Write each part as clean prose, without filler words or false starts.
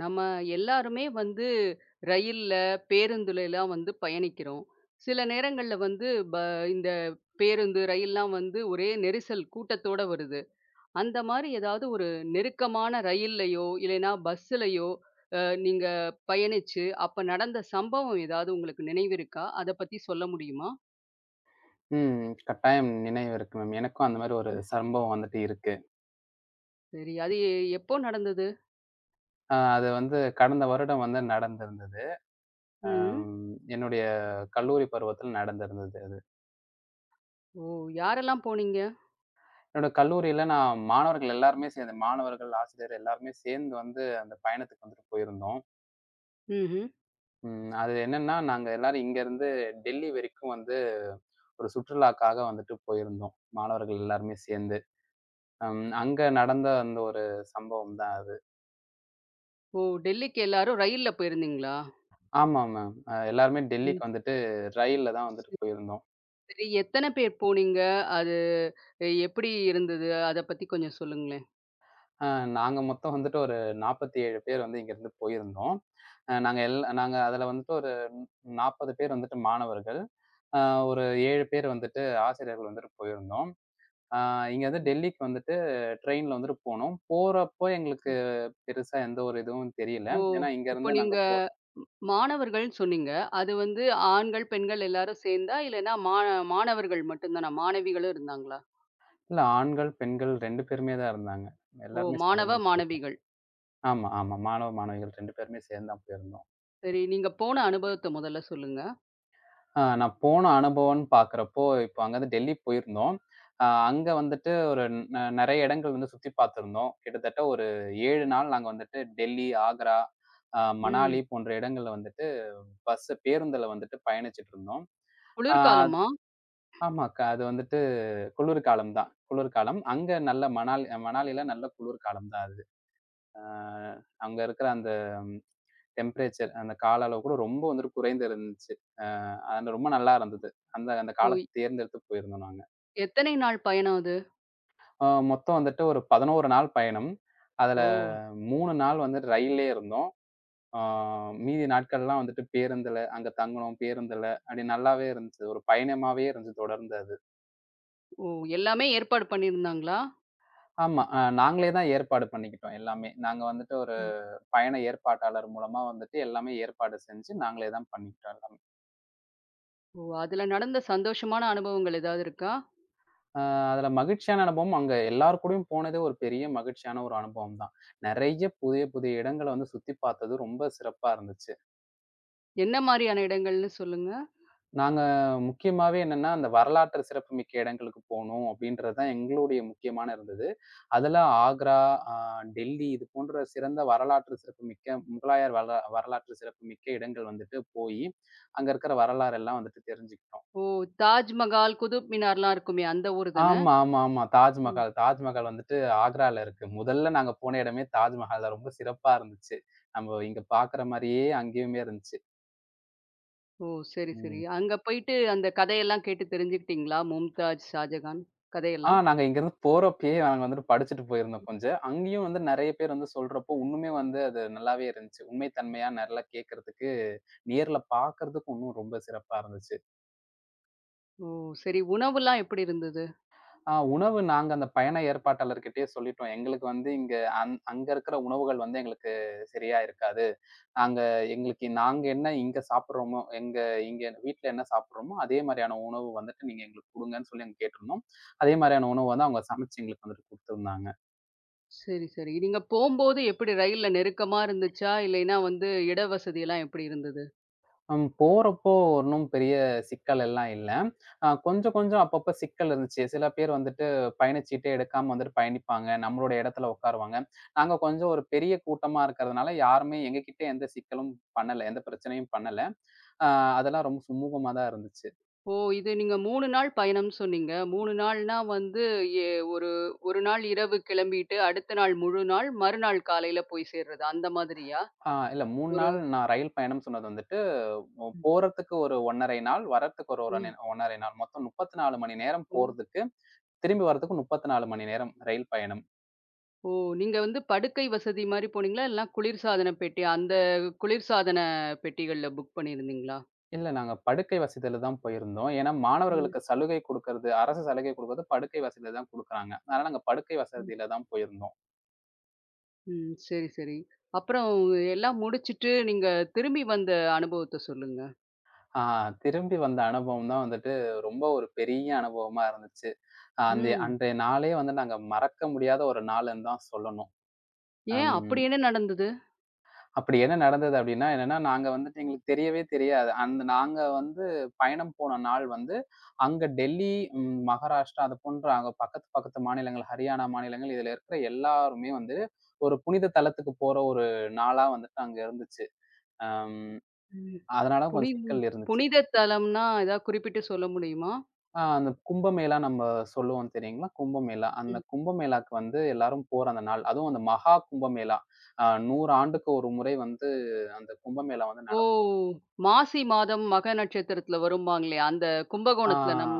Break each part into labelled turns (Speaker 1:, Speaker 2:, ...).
Speaker 1: நம்ம எல்லாருமே வந்து ரயில்ல, பேருந்துல எல்லாம் வந்து பயணிக்கிறோம். சில நேரங்கள்ல வந்து ப இந்த பேருந்து, ரயில்லாம் வந்து ஒரே நெரிசல் கூட்டத்தோட வருது. அந்த மாரி ஏதாவது ஒரு நெருக்கமான ரயில்லயோ, இல்லைன்னா பஸ்ஸுலயோ அ நீங்க பயணிச்சு, அப்ப நடந்த சம்பவம் ஏதாவது உங்களுக்கு நினைவிருக்கா? அத பத்தி சொல்ல முடியுமா?
Speaker 2: ம். கட்டாயம் நினைவு இருக்கு மேம். எனக்கும் அந்த மாரி ஒரு சம்பவம் வந்துட்டு இருக்கு.
Speaker 1: சரி. அது எ எப்போ நடந்தது?
Speaker 2: அது வந்து கடந்த வருடம் வந்து நடந்திருந்தது.
Speaker 1: ம்.
Speaker 2: அம் என்னுடைய கல்லூரி பருவத்தில் நடந்திருந்தது அது.
Speaker 1: ஓ! யாரெல்லாம் போனீங்க?
Speaker 2: என்னோட கல்லூரியில நான் மாணவர்கள் எல்லாருமே சேர்ந்து மாணவர்கள், ஆசிரியர் எல்லாருமே சேர்ந்து வந்து அந்த பயணத்துக்கு வந்துட்டு போயிருந்தோம்.
Speaker 1: ம்ஹ்ம்.
Speaker 2: அது என்னன்னா, நாங்க எல்லாரும் இங்கருந்து டெல்லி வரைக்கும் வந்து ஒரு சுற்றுலாக்காக வந்துட்டு போயிருந்தோம். மாணவர்கள் எல்லாருமே சேர்ந்து. அங்க நடந்த அந்த ஒரு சம்பவம் தான் அது.
Speaker 1: ஓ! டெல்லிக்கு எல்லாரும் ரயில்ல போயிருந்தீங்களா?
Speaker 2: ஆமாமா. எல்லாருமே
Speaker 1: ம்.
Speaker 2: டெல்லிக்கு வந்துட்டு ரயில்ல தான் வந்துட்டு போயிருந்தோம்.
Speaker 1: சரி, எத்தன பேர் போனீங்க? அது எப்படி இருந்தது? அத பத்தி கொஞ்சம் சொல்லுங்களேன்.
Speaker 2: அ நாங்க மொத்தம் வந்துட்டு ஒரு 47 பேர் வந்து இங்கேருந்து போயிருந்தோம். அ நாங்க எல் நாங்க அதுல வந்துட்டு ஒரு 40 பேர் வந்துட்டு மாணவர்கள். அ ஒரு 7 பேர் வந்துட்டு ஆசிரியர்கள் வந்துட்டு போயிருந்தோம். அ இங்க வந்து டெல்லிக்கு வந்துட்டு ட்ரெயின்ல வந்துட்டு போனோம். போறப்போ எங்களுக்கு பெருசா எந்த ஒரு இதுவும் தெரியல.
Speaker 1: ஓ!
Speaker 2: ஏன்னா
Speaker 1: இப்போ
Speaker 2: இங்கேருந்து நாங்க
Speaker 1: நீங்க ம் மாணவர்கள்ன்னு சொன்னீங்க. அது வந்து ஆண்கள், பெண்கள் எல்லாரும் சேர்ந்தா? இல்லன்னா மா மாணவர்கள் மட்டும் தானா? மாணவிகளும் இருந்தாங்களா?
Speaker 2: இல்ல ஆண்கள், பெண்கள் 2 பேருமே தான் இருந்தாங்க.
Speaker 1: ஓ!
Speaker 2: எல்லாருமே சேர்ந்து
Speaker 1: மாணவ,
Speaker 2: தான் போயிருந்தோம்.
Speaker 1: மாணவிகள்.
Speaker 2: ஆமா, ஆமா. மாணவ, மாணவிகள் 2 பேருமே சேர்ந்து தான் போயிருந்தோம்.
Speaker 1: சரி, நீங்க போன அனுபவத்த முதல்ல சொல்லுங்க.
Speaker 2: நான் போன அனுபவம்ன்னு பார்க்குறப்போ, இப்போ அங்க வந்து டெல்லி போயிருந்தோம். அங்க வந்துட்டு ஒரு நெறைய இடங்கள் வந்து சுத்தி பார்த்துருந்தோம். கிட்டத்தட்ட ஒரு 7 நாள் நாங்க வந்துட்டு டெல்லி, ஆக்ரா,
Speaker 1: ம்.
Speaker 2: மணாலி போன்ற இடங்கள்ல வந்துட்டு பஸ் பேருந்துல வந்துட்டு பயணிச்சுட்டு இருந்தோம். அ
Speaker 1: குளிர்காலமா?
Speaker 2: ஆமா அக்கா. அது வந்துட்டு குளிர்காலம் தான். குளிர்காலம். அங்க நல்ல மணாலி மணாலில நல்ல குளிர்காலம் தான் அது. அ அங்க இருக்கிற அந்த டெம்பரேச்சர் அந்த கால அளவு கூட ரொம்ப வந்துட்டு குறைந்து இருந்துச்சு. அ அது ரொம்ப நல்லா இருந்தது. அந்த அந்த
Speaker 1: ஓ!
Speaker 2: காலத்த தேர்ந்தெடுத்து போயிருந்தோம் நாங்க.
Speaker 1: எத்தனை நாள் பயணம் அது?
Speaker 2: அ மொத்தம் வந்துட்டு ஒரு 11 நாள் பயணம். அதுல
Speaker 1: ஓ!
Speaker 2: 3 நாள் வந்து ரயில்லயே இருந்தோம். அ மீதி நாட்கள்லாம் வந்துட்டு பேருந்துல அங்க தங்குனோம், பேருந்துல. அப்படி நல்லாவே இருந்துச்சு. ஒரு பயணமாவே இருந்துச்சு தொடர்ந்து அது.
Speaker 1: ஓ! எல்லாமே ஏற்பாடு பண்ணியிருந்தாங்களா?
Speaker 2: ஆமா. நாங்களே தான் ஏற்பாடு பண்ணிக்கிட்டோம் எல்லாமே. நாங்க வந்துட்டு ஒரு
Speaker 1: ம்.
Speaker 2: பயண ஏற்பாட்டாளர் மூலமா வந்துட்டு எல்லாமே ஏற்பாடு செஞ்சு நாங்களே தான் பண்ணிக்கிட்டோம் எல்லாமே.
Speaker 1: ஓ! அதுல நடந்த சந்தோஷமான அனுபவங்கள் ஏதாவது இருக்கா?
Speaker 2: அ அதுல மகிழ்ச்சியான அனுபவம் அங்க எல்லார் கூடயும் போனதே ஒரு பெரிய மகிழ்ச்சியான ஒரு அனுபவம் தான். நெறைய புதிய, புதிய இடங்கள வந்து சுத்தி பார்த்தது ரொம்ப சிறப்பா இருந்துச்சு.
Speaker 1: என்ன மாரியான இடங்கள்னு சொல்லுங்க?
Speaker 2: நாங்க முக்கியமாவே என்னன்னா, அந்த வரலாற்று சிறப்புமிக்க இடங்களுக்கு போணும் அப்படின்றது தான் எங்களுடைய முக்கியமான இருந்தது. அதுல ஆக்ரா, அ டெல்லி இது போன்ற சிறந்த வரலாற்று சிறப்புமிக்க முகலாயர் வரலாற்று சிறப்புமிக்க இடங்கள் வந்துட்டு போயி, அங்க இருக்கிற வரலாறு எல்லாம் வந்துட்டு தெரிஞ்சுக்கிட்டோம்.
Speaker 1: ஓ! தாஜ்மஹால், குதுப் மினார்லாம் இருக்குமே அந்த ஊரு தானே?
Speaker 2: ஆமா, ஆமா, ஆமா.
Speaker 1: ம்.
Speaker 2: தாஜ்மஹால். தாஜ்மஹால் வந்துட்டு ஆக்ரால இருக்கு. முதல்ல நாங்க போன இடமே தாஜ்மஹால் தான். ரொம்ப சிறப்பா இருந்துச்சு. நம்ம இங்க பாக்குற மாரியே அங்கேயுமே இருந்துச்சு.
Speaker 1: ஓ! சரி, சரி.
Speaker 2: ம்.
Speaker 1: அங்க போயிட்டு அந்த கதையெல்லாம் கேட்டு தெரிஞ்சுக்கிட்டீங்களா? மும்தாஜ், ஷாஜகான் கதையெல்லாம்?
Speaker 2: நாங்க இங்கருந்து போறப்பயே நாங்க வந்துட்டு படிச்சுட்டு போயிருந்தோம் கொஞ்சம். அங்கேயும் வந்து நெறைய பேர் வந்து சொல்றப்போ உன்னுமே வந்து அது நல்லாவே இருந்துச்சு. உண்மை தன்மையா நல்லா கேட்கறதுக்கு, நேர்ல பாக்கறதுக்கு உன்னும் ரொம்ப சிறப்பா இருந்துச்சு.
Speaker 1: ஓ! சரி. உணவுலாம் எப்படி இருந்தது?
Speaker 2: உணவு நாங்க அந்த பயண ஏற்பாட்டாளர்கிட்டயே சொல்லிட்டோம். எங்களுக்கு வந்து இங்க அங்க இருக்கிற உணவுகள் வந்து எங்களுக்கு சரியா இருக்காது. நாங்க எங்களுக்கு நாங்க என்ன இங்க சாப்பிடுறோமோ, எங்க இங்க வீட்ல என்ன சாப்பிடுறோமோ, அதே மாரியான உணவு வந்துட்டு நீங்க எங்களுக்கு குடுங்கன்னு சொல்லி நாங்க கேட்டிருந்தோம். அதே மாரியான உணவு வந்து அவங்க சமைச்சு எங்களுக்கு வந்துட்டு குடுத்திருந்தாங்க.
Speaker 1: சரி, சரி. நீங்க போம்போது எப்படி ரயில்ல நெருக்கமா இருந்துச்சா? இல்லைன்னா வந்து இட வசதியெல்லாம் எப்படி இருந்தது?
Speaker 2: போறப்போ ஒண்ணும் பெரிய சிக்கல் எல்லாம் இல்ல. கொஞ்சம் கொஞ்சம் அப்பப்ப சிக்கல் இருந்துச்சு. சில பேர் வந்துட்டு பயணச்சீட்டே எடுக்காம வந்துட்டு பயணிப்பாங்க. நம்மளோட இடத்துல உட்காருவாங்க. நாங்க கொஞ்சம் ஒரு பெரிய கூட்டமா இருக்கிறதுனால யாருமே எங்ககிட்ட எந்த சிக்கலும் பண்ணல. எந்த பிரச்சனையும் பண்ணல. அ அதெல்லாம் ரொம்ப சுமூகமா தான் இருந்துச்சு.
Speaker 1: ஓ! இது நீங்க 3 நாள் பயணம்னு சொன்னீங்க. 3 நாள்னா வந்து எ ஒரு 1 நாள் இரவு கிளம்பிட்டு, அடுத்த நாள் முழு நாள், மறுநாள் காலையில போய் சேர்றது அந்த மாதிரியா?
Speaker 2: இல்ல 3
Speaker 1: ஒரு
Speaker 2: நாள் நான் ரயில் பயணம் சொன்னது வந்துட்டு,
Speaker 1: ம்.
Speaker 2: போறதுக்கு ஒரு 1 1/2 நாள், வரத்துக்கு ஒரு
Speaker 1: ம்.
Speaker 2: 1 1/2 நாள். மொத்தம் 34 மணி நேரம்
Speaker 1: ஓ!
Speaker 2: போறதுக்கு, திரும்பி வரதுக்கு 34 மணி நேரம் ரயில் பயணம்.
Speaker 1: ஓ! நீங்க வந்து படுக்கை வசதி மாரி போனீங்களா? இல்லன்னா குளிர்சாதன பெட்டி, அந்த குளிர்சாதன பெட்டிகள்ல புக் பண்ணியிருந்தீங்களா?
Speaker 2: இல்ல. நாங்க படுக்கை வசதியில தான் போயிருந்தோம். ஏன்னா,
Speaker 1: ம்,
Speaker 2: மாணவர்களுக்கு சலுகை குடுக்கறது, அரசு சலுகை குடுக்கறது படுக்கை வசதியில தான் குடுக்குறாங்க. அதனால நாங்க படுக்கை
Speaker 1: ம்.
Speaker 2: வசதியில தான் போயிருந்தோம்.
Speaker 1: ம். சரி, சரி. அப்புறம் எல்லாம் முடிச்சுட்டு நீங்க திரும்பி வந்த அனுபவத்த சொல்லுங்க.
Speaker 2: ஆ திரும்பி வந்த அனுபவம் தான் வந்துட்டு ரொம்ப ஒரு பெரிய அனுபவமா இருந்துச்சு. அந்த
Speaker 1: ம்.
Speaker 2: அன்றைய நாளே வந்து நாங்க மறக்க முடியாத ஒரு நாளுன்னு தான் சொல்லணும்.
Speaker 1: ஏன்
Speaker 2: அம்.
Speaker 1: அப்படி என்ன நடந்தது?
Speaker 2: அப்படி என்ன நடந்தது அப்படின்னா, என்னன்னா, நாங்க வந்துட்டு எங்களுக்கு தெரியவே தெரியாது. அந்த நாங்க வந்து பயணம் போன நாள் வந்து, அங்க டெல்லி, மகாராஷ்டிரா அது போன்ற அங்க பக்கத்து, பக்கத்து மாநிலங்கள், ஹரியானா மாநிலங்கள் இதுல இருக்கிற எல்லாருமே வந்து, ஒரு புனித தலத்துக்கு போற ஒரு நாளா வந்துட்டு அங்க இருந்துச்சு. அம்
Speaker 1: ம்.
Speaker 2: அதனால கொஞ்சம்
Speaker 1: புனித
Speaker 2: சிக்கல் இருந்துச்சு.
Speaker 1: புனித தலம்னா ஏதாவது குறிப்பிட்டு சொல்ல முடியுமா?
Speaker 2: அந்த கும்பமேளா நம்ம சொல்லுவோம் தெரியுங்களா? கும்பமேளா. அந்த
Speaker 1: ம்.
Speaker 2: கும்பமேளாக்கு வந்து எல்லாரும் போற அந்த நாள். அதுவும் அந்த மகா கும்பமேளா. 100 ஆண்டுக்கு ஒரு முறை வந்து அந்த கும்பமேளா வந்து
Speaker 1: ஓ! மாசி மாதம் மக நட்சத்திரத்துல வரும்பாங்களே, அந்த
Speaker 2: ஆ,
Speaker 1: கும்பகோணத்துல நம்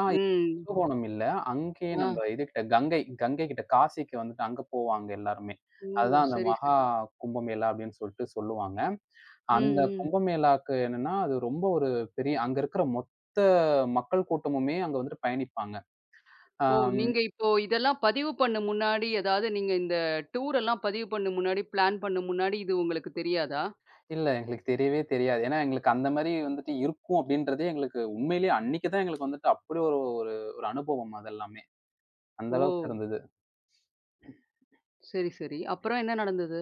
Speaker 2: ஆ
Speaker 1: ம்.
Speaker 2: கும்பகோணம் இல்ல. அங்கேயே ம்.
Speaker 1: ஆ.
Speaker 2: நம்ப இதுகிட்ட கங்கை கங்கை கிட்ட காசிக்கு வந்துட்டு அங்க போவாங்க எல்லாருமே.
Speaker 1: ஓ!
Speaker 2: அதுதான் அந்த
Speaker 1: சரி,
Speaker 2: மகா
Speaker 1: சரி.
Speaker 2: கும்பமேளா அப்படின்னு சொல்ட்டு சொல்லுவாங்க.
Speaker 1: ம்,
Speaker 2: அந்த
Speaker 1: ம்.
Speaker 2: கும்பமேளாக்கு என்னன்னா, அது ரொம்ப ஒரு பெரிய அங்க இருக்கிற மொத்த மக்கள் கூட்டமுமே அங்க வந்துட்டு பயணிப்பாங்க.
Speaker 1: ஓ!
Speaker 2: ஆம், ம்.
Speaker 1: நீங்க இப்போ இதெல்லாம் பதிவு பண்ண முன்னாடி, அதாவது நீங்க இந்த டூர் எல்லாம் பதிவு பண்ண முன்னாடி, பிளான் பண்ண முன்னாடி இது உங்களுக்கு தெரியாதா?
Speaker 2: இல்ல எங்களுக்கு தெரியவே தெரியாது. ஏன்னா எங்களுக்கு அந்த மாரி வந்துட்டு இருக்கும் அப்படின்றதே எங்களுக்கு உண்மையிலேயே அன்னைக்கு தான் எங்களுக்கு வந்துட்டு அப்படி ஒரு ஒரு ஒரு அனுபவம் அதெல்லாமே. அந்த
Speaker 1: ஓ!
Speaker 2: அளவுக்கு இருந்தது.
Speaker 1: சரி, சரி. அப்புறம் என்ன நடந்தது?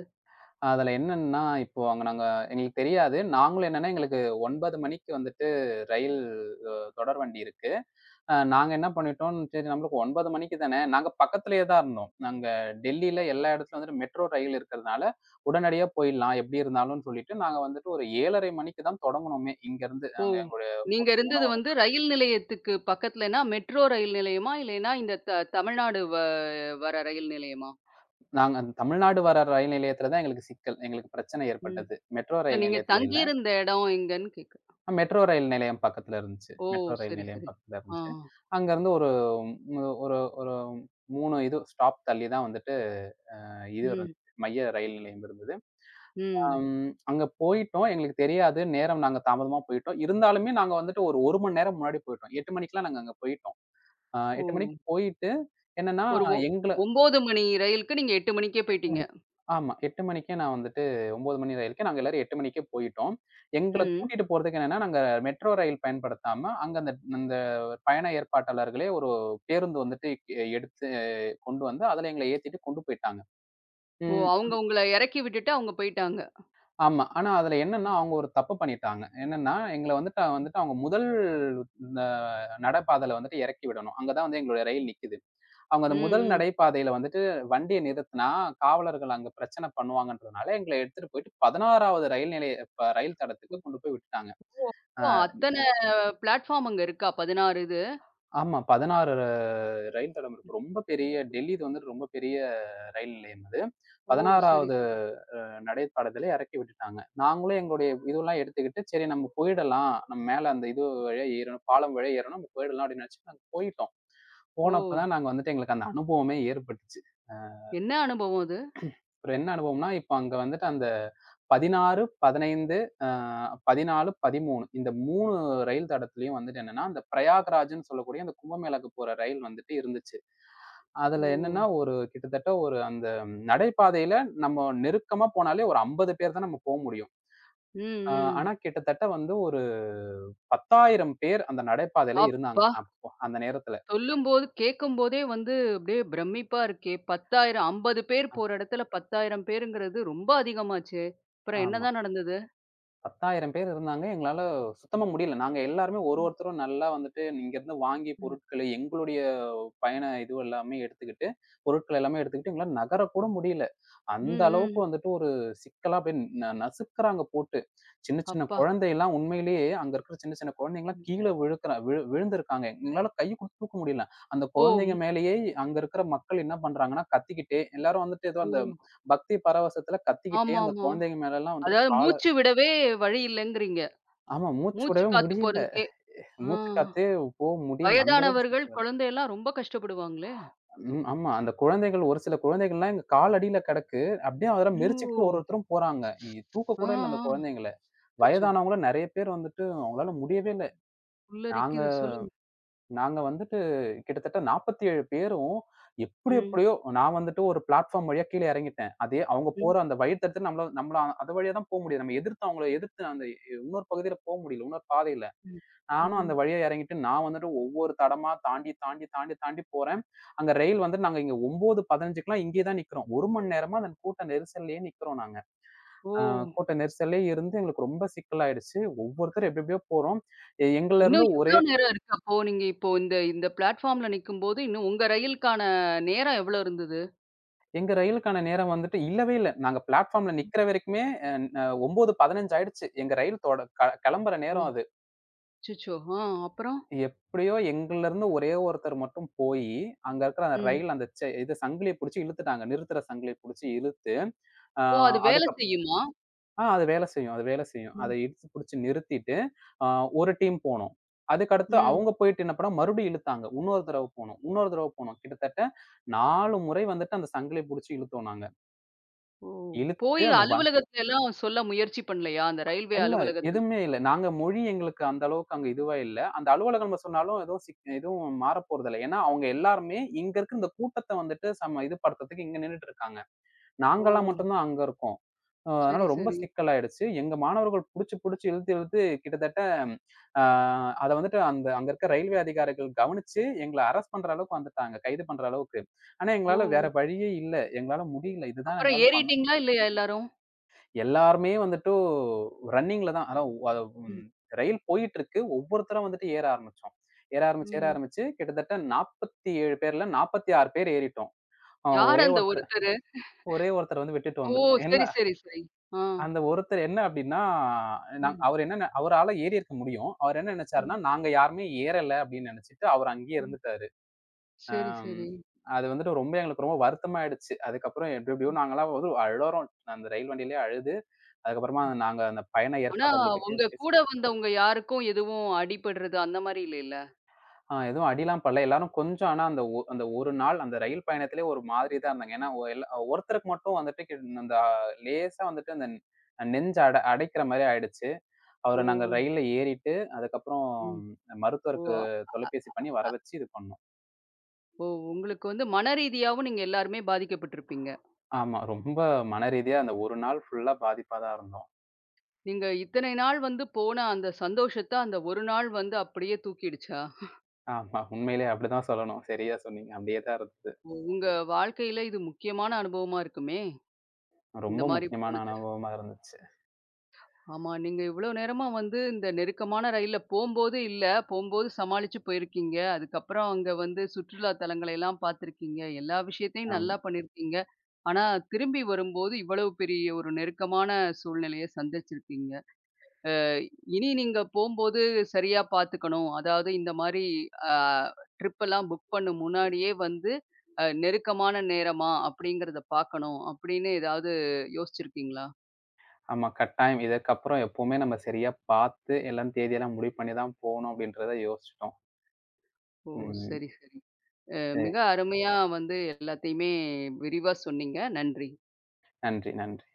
Speaker 2: அதுல என்னன்னா, இப்போ அங்க நாங்க எங்களுக்கு தெரியாது. நாங்களும் என்னன்னா, எங்களுக்கு 9 மணிக்கு வந்துட்டு ரயில் அ தொடர் வண்டி இருக்கு. நாங்க என்ன பண்ணிட்டோம், சரி நம்மளுக்கு 9 மணிக்கு தானே, நாங்க பக்கத்திலேயே தான் இருந்தோம். நாங்க டெல்லியில எல்லா இடத்துலயும் வந்துட்டு மெட்ரோ ரயில் இருக்கிறதுனால, உடனடியா போயிடலாம் எப்படி இருந்தாலும்னு சொல்லிட்டு, நாங்க வந்துட்டு ஒரு 7:30 மணிக்கு தான் தொடங்குனோமே இங்கருந்து.
Speaker 1: ஓ!
Speaker 2: நாங்க எங்களுடைய
Speaker 1: நீங்க
Speaker 2: ஹோட்டல்
Speaker 1: இருந்தது
Speaker 2: உணவகம்
Speaker 1: வந்து ரயில் நிலையத்துக்கு பக்கத்துலன்னா, மெட்ரோ ரயில் நிலையமா? இல்லைன்னா இந்த தமிழ்நாடு வர ரயில் நிலையமா?
Speaker 2: நாங்க அந்த தமிழ்நாடு வர ரயில் நிலையத்தில தான் எங்களுக்கு சிக்கல். எங்களுக்கு பிரச்சனை
Speaker 1: ம்.
Speaker 2: ஏற்பட்டது. மெட்ரோ
Speaker 1: இல்ல
Speaker 2: ரயில்
Speaker 1: நீங்க
Speaker 2: நிலையத்தில இல்ல.
Speaker 1: தங்கியிருந்த இடம் எங்கன்னு கேட்கிறேன்.
Speaker 2: மெட்ரோ ரயில் நிலையம் பக்கத்துல இருந்துச்சு.
Speaker 1: ஓ!
Speaker 2: மெட்ரோ ரயில்
Speaker 1: சரி,
Speaker 2: நிலையம்
Speaker 1: சரி.
Speaker 2: பக்கத்துல
Speaker 1: ஆ.
Speaker 2: இருந்துச்சு. அங்கருந்து ஒரு மு ஒரு ஒரு 3 இது ஸ்டாப் தள்ளி தான் வந்துட்டு இது இருந்துச்சு.
Speaker 1: ம்.
Speaker 2: மைய ரயில் நிலையம் இருந்தது.
Speaker 1: ம்.
Speaker 2: அங்க போயிட்டோம். எங்களுக்குத் தெரியாது. நேரம் நாங்க தாமதமா போயிட்டோம். இருந்தாலுமே நாங்க வந்துட்டு ஒரு 1 மணி நேரம் முன்னாடி போயிட்டோம். 8 மணிக்கெல்லாம் நாங்க அங்க போயிட்டோம்.
Speaker 1: ஓ!
Speaker 2: 8 மணிக்கு போயிட்டு என்னன்னா,
Speaker 1: ஒரு ஒ
Speaker 2: எங்கள
Speaker 1: 9 மணி ரயிலுக்கு நீங்க 8 மணிக்கே
Speaker 2: 8
Speaker 1: போயிட்டீங்க.
Speaker 2: மணிக்கு. ஆமா. 8 மணிக்கே நான் வந்துட்டு 9 மணி ரயிலுக்கு நாங்க எல்லாரும் 8 மணிக்கே போயிட்டோம். எங்கள
Speaker 1: ம்.
Speaker 2: கூட்டிட்டு போறதுக்கு என்னன்னா, நாங்க மெட்ரோ ரயில் பயன்படுத்தாம, அங்க அந்த அந்த பயண ஏற்பாட்டாளர்களே ஒரு பேருந்து வந்துட்டு எடுத்து கொண்டு வந்து, அதுல எங்கள ஏத்திட்டு கொண்டு போயிட்டாங்க.
Speaker 1: ஓ!
Speaker 2: ம்.
Speaker 1: அவங்க உங்கள இறக்கி விட்டுட்டு அவங்க போயிட்டாங்க.
Speaker 2: ஆமா. ஆனா அதுல என்னன்னா, அவங்க ஒரு தப்பு பண்ணிட்டாங்க. என்னன்னா, எங்கள வந்துட்டு வந்துட்டு அவங்க முதல் அ நடைபாதைல வந்துட்டு இறக்கி விடணும். அங்க தான் வந்து எங்களோட ரயில் நிக்குது. அவங்க
Speaker 1: ம்,
Speaker 2: அந்த முதல்
Speaker 1: ம்.
Speaker 2: நடைபாதையில வந்துட்டு வண்டிய நிறுத்துனா, காவலர்கள் அங்க பிரச்சனை பண்ணுவாங்கன்றதுனால, எங்கள எடுத்துட்டு போயிட்டு 16வது ரயில் நிலைய ப ரயில் தடத்துக்கு கொண்டு போய் விட்டுட்டாங்க. அ
Speaker 1: ஓ! அத்தன பிளாட்ஃபார்ம் அங்க இருக்கா? 16 இது.
Speaker 2: ஆமா 16 ரயில் தடம் இருக்கு. ரொம்ப பெரிய டெல்லி இது வந்துட்டு ரொம்ப பெரிய ரயில் நிலையம் அது.
Speaker 1: ஓ! சரி,
Speaker 2: 16வது
Speaker 1: சரி.
Speaker 2: நடைபாதையில எறக்கி விட்டுட்டாங்க. நாங்களும் எங்களுடைய இதுவெல்லாம் எடுத்துக்கிட்டு, "சரி நம்ம போயிடலாம். நம்ம மேல அந்த இது வழியா ஏறணும், பாலம் வழியா ஏறணும். நம்ம போயிடலாம்." அப்படின்னு நெனச்சு நாங்க போயிட்டோம்.
Speaker 1: ஓ!
Speaker 2: போனப்ப தான் நாங்க வந்துட்டு எங்களுக்கு அந்த அனுபவமே ஏற்பட்டுச்சு.
Speaker 1: என்ன அனுபவம் அது?
Speaker 2: அப்புறம் என்ன அனுபவம்னா, இப்ப அங்க வந்துட்டு அந்த 16, 15 அ 14, 13 இந்த 3 ரயில் தடத்துலயும் வந்துட்டு என்னன்னா, அந்த பிரயாக்ராஜ்ன்னு சொல்லக்கூடிய அந்த கும்பமேளாக்கு போற ரயில் வந்துட்டு இருந்துச்சு. அதுல
Speaker 1: ஓ!
Speaker 2: என்னன்னா, ஒரு கிட்டத்தட்ட ஒரு அந்த நடைபாதையில நம்ம நெருக்கமா போனாலே ஒரு 50 பேர் தான் நம்ம போ முடியும்.
Speaker 1: ம்,
Speaker 2: அ ஆனா
Speaker 1: ம்.
Speaker 2: கிட்டத்தட்ட வந்து ஒரு 10,000 பேர் அந்த நடைபாதையில இருந்தாங்க
Speaker 1: அப்பா!
Speaker 2: அப்போ அந்த நேரத்துல.
Speaker 1: சொல்லும்போது கேட்கும்போதே வந்து அப்படியே பிரமிப்பா இருக்கே! 10,000 50 பேர் போற இடத்துல 10,000 பேருங்கிறது ரொம்ப அதிகமாச்சே! அப்புறம்
Speaker 2: ஆமா.
Speaker 1: என்னதான் நடந்தது?
Speaker 2: 10,000 பேர் இருந்தாங்க. எங்களால சுத்தமா முடியல. நாங்க எல்லாருமே ஒரு
Speaker 1: ம்,
Speaker 2: ஒருத்தரும் நல்லா வந்துட்டு இங்கருந்து வாங்கி
Speaker 1: ம்.
Speaker 2: பொருட்களை எங்களுடைய பயண இது எல்லாமே எடுத்துக்கிட்டு, பொருட்கள் எல்லாமே எடுத்துக்கிட்டு எங்களால நகரக்கூட முடியல.
Speaker 1: ம்,
Speaker 2: அந்த அளவுக்கு
Speaker 1: ம்.
Speaker 2: வந்துட்டு ஒரு சிக்கலா போய் நசுக்குறாங்க போட்டு. சின்ன சின்ன
Speaker 1: அப்பா!
Speaker 2: குழந்தையெல்லாம் உண்மையிலேயே அங்க இருக்கிற சின்ன சின்ன குழந்தைங்கலாம்
Speaker 1: ம்.
Speaker 2: கீழ விழுக்குறா விழு விழுந்திருக்காங்க. எங்களால கை குடுத்து தூக்க முடியல. அந்த
Speaker 1: ஓ! ம்.
Speaker 2: குழந்தைங்க மேலேயே அங்க இருக்கிற மக்கள் என்ன பண்றாங்கன்னா, கத்திக்கிட்டே எல்லாரும் வந்துட்டு ஏதோ
Speaker 1: ஓ!
Speaker 2: அந்த பக்தி பரவசத்துல கத்திக்கிட்டே அந்த
Speaker 1: ஆமாமா.
Speaker 2: குழந்தைங்க மேலலாம் வந்துட்டு
Speaker 1: அதாவது
Speaker 2: கால
Speaker 1: மூச்சு விடவே வழி இல்லங்கிறீங்க.
Speaker 2: ஆமா. மூச்சு
Speaker 1: மூச்சு
Speaker 2: விடவே
Speaker 1: காத்து
Speaker 2: முடியல.
Speaker 1: போறதுக்கே. ஆ.
Speaker 2: மூச்சு காத்தே போ முடியல. அந்த அளவுக்கு
Speaker 1: வயதானவர்கள்,
Speaker 2: சீக்கிரம்
Speaker 1: குழந்தையெல்லாம் ரொம்ப கஷ்டப்படுவாங்களே!
Speaker 2: ம். ஆமா. அந்த குழந்தைகள் ஒரு சில குழந்தைகள்லாம் எங்க கால் அடியில கிடக்கு. அப்படியே அதெல்லாம்
Speaker 1: ஓ!
Speaker 2: மெரிச்சுக்கிட்டு ஒரு ஒருத்தரும் போறாங்க. தூக்க
Speaker 1: ஆ,
Speaker 2: கூட இல்ல அந்த
Speaker 1: ஆ.
Speaker 2: குழந்தைங்கள.
Speaker 1: அச்சச்சோ!
Speaker 2: வயதானவங்களும் நெறைய பேர் வந்துட்டு அவங்களால முடியவே இல்ல. நாங்க
Speaker 1: புல்லரிக்குது. சொல்லுங்க.
Speaker 2: நாங்க வந்துட்டு கிட்டத்தட்ட 47 பேரும் எப்படி
Speaker 1: ம்,
Speaker 2: எப்படியோ நான் வந்துட்டு ஒரு பிளாட்ஃபார்ம் வழியா கீழ இறங்கிட்டேன். அதே அவங்க போற
Speaker 1: ம்,
Speaker 2: அந்த வழி தடுத்து நம்மள நம்மள அது வழியா தான் போ முடியும். நம்ம எதிர்த்து அவங்கள எதிர்த்து அந்த இன்னொரு பகுதியில போ முடியல. இன்னொரு பாதையில.
Speaker 1: ம்,
Speaker 2: நானும் அந்த
Speaker 1: ம்.
Speaker 2: வழியா இறங்கிட்டு, நான் வந்துட்டு ஒவ்வொரு தடமா தாண்டி, தாண்டி, தாண்டி, தாண்டி போறேன். அங்க ரயில் வந்து நாங்க இங்க 9:15க்குலாம் இங்கேயே தான் நிக்கிறோம். 1 மணி நேரமா அந்த கூட்ட நெரிசல்லயே நிக்கிறோம் நாங்க.
Speaker 1: ஓ!
Speaker 2: அ கூட்ட நெரிசல்லயே இருந்து எங்களுக்கு ரொம்ப சிக்கலாயிடுச்சு. ஒவ்வொருத்தரும் எப்டி எப்டியோ போறோம். எ
Speaker 1: இன்னும்
Speaker 2: எங்கலருந்து
Speaker 1: எவ்ளோ
Speaker 2: ஒரே
Speaker 1: நேரம் இருக்கு அப்போ? நீங்க இப்போ இந்த இந்த பிளாட்ஃபார்ம்ல நிக்கும்போது, இன்னும் உங்க ரயிலுக்கான நேரம் எவ்ளோ இருந்தது?
Speaker 2: எங்க ரயிலுக்கான நேரம் வந்துட்டு இல்லவே இல்ல. நாங்க பிளாட்ஃபார்ம்ல நிக்கிற வரைக்குமே அ ந 9:15 ஆயிடுச்சு. எங்க ரயில் தொட க கெளம்புற நேரம்
Speaker 1: ம்.
Speaker 2: அது.
Speaker 1: அச்சச்சோ! ஆ அப்புறம்?
Speaker 2: எப்படியோ எங்கள்லருந்து ஒரே ஒருத்தர் மட்டும் போயி, அங்க இருக்கிற அந்த
Speaker 1: ம்.
Speaker 2: ரயில் அந்த செ இது சங்கிலிய புடிச்சு இழுத்துட்டாங்க. நிறுத்துற சங்கிலிய புடிச்சு இழுத்து, ஆ
Speaker 1: ஓ! அது வேலை
Speaker 2: அதுக்கப்
Speaker 1: செய்யுமா?
Speaker 2: ஆ அது வேலை செய்யும், அது வேலை செய்யும். அத
Speaker 1: ம்,
Speaker 2: இழுத்து புடிச்சு நிறுத்திட்டு, ஆ ஒரு டீம் போனோம். அதுக்கடுத்து
Speaker 1: ம்.
Speaker 2: அவங்க போயிட்டு என்ன பண்ணா, மறுபடியும் இழுத்தாங்க. இன்னொரு தடவ போனோம், இன்னொரு தடவ போனோம். கிட்டத்தட்ட 4 முறை வந்துட்டு அந்த சங்கிலிய புடிச்சு இழுத்தோம் நாங்க.
Speaker 1: ஓ!
Speaker 2: இழுத்து
Speaker 1: போய்
Speaker 2: அந்த வ
Speaker 1: அலுவலகத்துல எல்லாம் சொல்ல முயற்சி பண்ணலையா? அந்த ரயில்வே
Speaker 2: இல்ல.
Speaker 1: அலுவலகத்துல?
Speaker 2: எதுவுமே இல்ல. நாங்க மொழி எங்களுக்கு அந்த அளவுக்கு அங்க இதுவா இல்ல. அந்த அலுவலகம் நம்ம சொன்னாலும் எதுவும் மாறப்போறதில்ல. ஏன்னா, அவங்க எல்லாருமே இங்க இருக்கிற இந்த கூட்டத்த வந்துட்டு சம இது படுத்துறதுக்கு இங்க நின்னுட்டு இருக்காங்க.
Speaker 1: ஓ!
Speaker 2: நாங்கலாம் மட்டும் தான் அங்க இருக்கோம். அதனால
Speaker 1: சரி,
Speaker 2: ரொம்ப
Speaker 1: சரி.
Speaker 2: சிக்கலாயிடுச்சு. எங்க மாணவர்கள் புடிச்சு, புடிச்சு இழுத்து, இழுத்து கிட்டத்தட்ட அ அத வந்துட்டு அந்த அங்க இருக்க ரயில்வே அதிகாரிகள் கவனிச்சு எங்கள அரெஸ்ட் பண்ற அளவுக்கு வந்துட்டாங்க. கைது பண்ற அளவுக்கு. ஆனா,
Speaker 1: ஓ!
Speaker 2: எங்களால வேற வழியே இல்ல. எங்களால முடியல. இதுதான்
Speaker 1: அப்புறம்
Speaker 2: எங்களால பண்ண
Speaker 1: ஏறிட்டீங்களா? இல்லையா எல்லாரும்?
Speaker 2: எல்லாருமே வந்துட்டு ரன்னிங்ல தான். அதான் அ
Speaker 1: ம்,
Speaker 2: ம் ரயில் போயிட்டுருக்கு. ஒவ்வொருத்தரா வந்துட்டு ஏற ஆரம்பிச்சோம். ஏற
Speaker 1: ம்.
Speaker 2: ஆரம்பிச்சு கிட்டத்தட்ட 47 பேர்ல 46 பேர் ஏறிட்டோம். அ
Speaker 1: யார்
Speaker 2: ஒரே
Speaker 1: அந்த
Speaker 2: ஒருத்தர்
Speaker 1: ஒருத்தரு?
Speaker 2: ஒரே ஒருத்தர வந்து விட்டுட்டு
Speaker 1: ஓ!
Speaker 2: வந்துட்டோம்.
Speaker 1: சரி, சரி, சரி. ஆ.
Speaker 2: அந்த ஒருத்தர் என்ன அப்டின்னா,
Speaker 1: ம்,
Speaker 2: அவரு என்ன அவரால ஏறியிருக்க முடியும். அவர் என்ன நெனச்சாருன்னா,
Speaker 1: ம்,
Speaker 2: நாங்க யாருமே ஏறல அப்டின்னு நெனச்சுட்டு அவர் அங்கேயே
Speaker 1: ம்.
Speaker 2: இருந்துட்டாரு.
Speaker 1: சரி,
Speaker 2: அம்.
Speaker 1: சரி.
Speaker 2: அது வந்துட்டு ரொம்ப எங்களுக்கு ரொம்ப வருத்தமாயிடுச்சு. அதுக்கப்புறம் எப்டி எப்டியோ நாங்கலாம் வந்து அழறோம். அந்த ரயில் வண்டியிலயே அழுது, அதுக்கப்புறமா
Speaker 1: அ
Speaker 2: நாங்க அந்த பயண
Speaker 1: ஆனா
Speaker 2: ஏற்பாட்டாளர்கிட்டயே
Speaker 1: உங்க
Speaker 2: பேசி
Speaker 1: கூட வந்தவங்க யாருக்கும் எதுவும் அடிபடுறது அந்த மாரி இல்லைல்ல?
Speaker 2: எதுவும் அடிலாம் படல. எல்லாரும் கொஞ்சம் ஆனா அந்த அந்த 1 நாள் அந்த ரயில் பயணத்திலே ஒரு மாதிரி தான் இருந்தாங்க. ஏன்னா, எல்லா ஒருத்தருக்கு மட்டும் வந்துட்டு லேசா வந்துட்டு அந்த நெஞ்ச அடைக்கிற மாரி ஆயிடுச்சு. அவர
Speaker 1: ஓ!
Speaker 2: நாங்க ரயில்ல ஏறிட்டு, அதுக்கப்புறம்
Speaker 1: ம். ஓ!
Speaker 2: மருத்துவருக்கு தொலைபேசி பண்ணி வர வச்சு இது பண்ணோம்.
Speaker 1: ஓ! உங்களுக்கு வந்து மனரீதியாவும் நீங்க எல்லாருமே பாதிக்கப்பட்டுருப்பீங்க.
Speaker 2: ஆமா. ரொம்ப மனரீதியா அந்த 1 நாள் ஃபுல்லா பாதிப்பா தான் இருந்தோம்.
Speaker 1: நீங்க இத்தனை நாள் வந்து போன அந்த சந்தோஷத்த அந்த ஒரு நாள் வந்து அப்படியே தூக்கிடுச்சா?
Speaker 2: ஆமா. உண்மையிலே அப்படிதான் சொல்லணும். சரியா சொன்னீங்க. அப்படியே தான் இருந்தது.
Speaker 1: உங்க வாழ்க்கையில இது முக்கியமான அனுபவமா இருக்குமே! இந்த
Speaker 2: ரொம்ப
Speaker 1: மாரி
Speaker 2: முக்கியமான
Speaker 1: போனது.
Speaker 2: அனுபவமா இருந்துச்சு.
Speaker 1: ஆமா. நீங்க இவ்ளோ நேரமா வந்து இந்த நெருக்கமான ரயில்ல போம்போது இல்ல. போம்போது சமாளிச்சு போயிருக்கீங்க. அதுக்கப்புறம் அங்க வந்து சுற்றுலா தலங்களை எல்லாம் பார்த்திருக்கீங்க. எல்லா விஷயத்தையும்
Speaker 2: ஆமா.
Speaker 1: நல்லா பண்ணியிருக்கீங்க. ஆனா திரும்பி வரும்போது இவ்வளவு பெரிய ஒரு நெருக்கமான சூழ்நிலைய சந்திச்சிருக்கீங்க. அ இனி நீங்க போம்போது சரியா பார்த்துக்கணும். அதாவது இந்த மாரி அ ட்ரிப் எல்லாம் புக் பண்ணும் முன்னாடியே வந்து நெருக்கமான நேரமா அப்படிங்கிறத பார்க்கணும் அப்படின்னு ஏதாவது யோசிச்சிருக்கீங்களா?
Speaker 2: ஆமா. கட்டாயம். இதற்கப்புறம் எப்பவுமே நம்ம சரியா பார்த்து எல்லாம் தேதியெல்லாம் முடிவு பண்ணி தான் போணும் அப்படின்றத யோசிச்சுட்டோம்.
Speaker 1: ஓ!
Speaker 2: ம்.
Speaker 1: சரி, சரி.
Speaker 2: சரி.
Speaker 1: மிக அருமையா வந்து எல்லாத்தையுமே விரிவா சொன்னீங்க. நன்றி.
Speaker 2: நன்றி, நன்றி.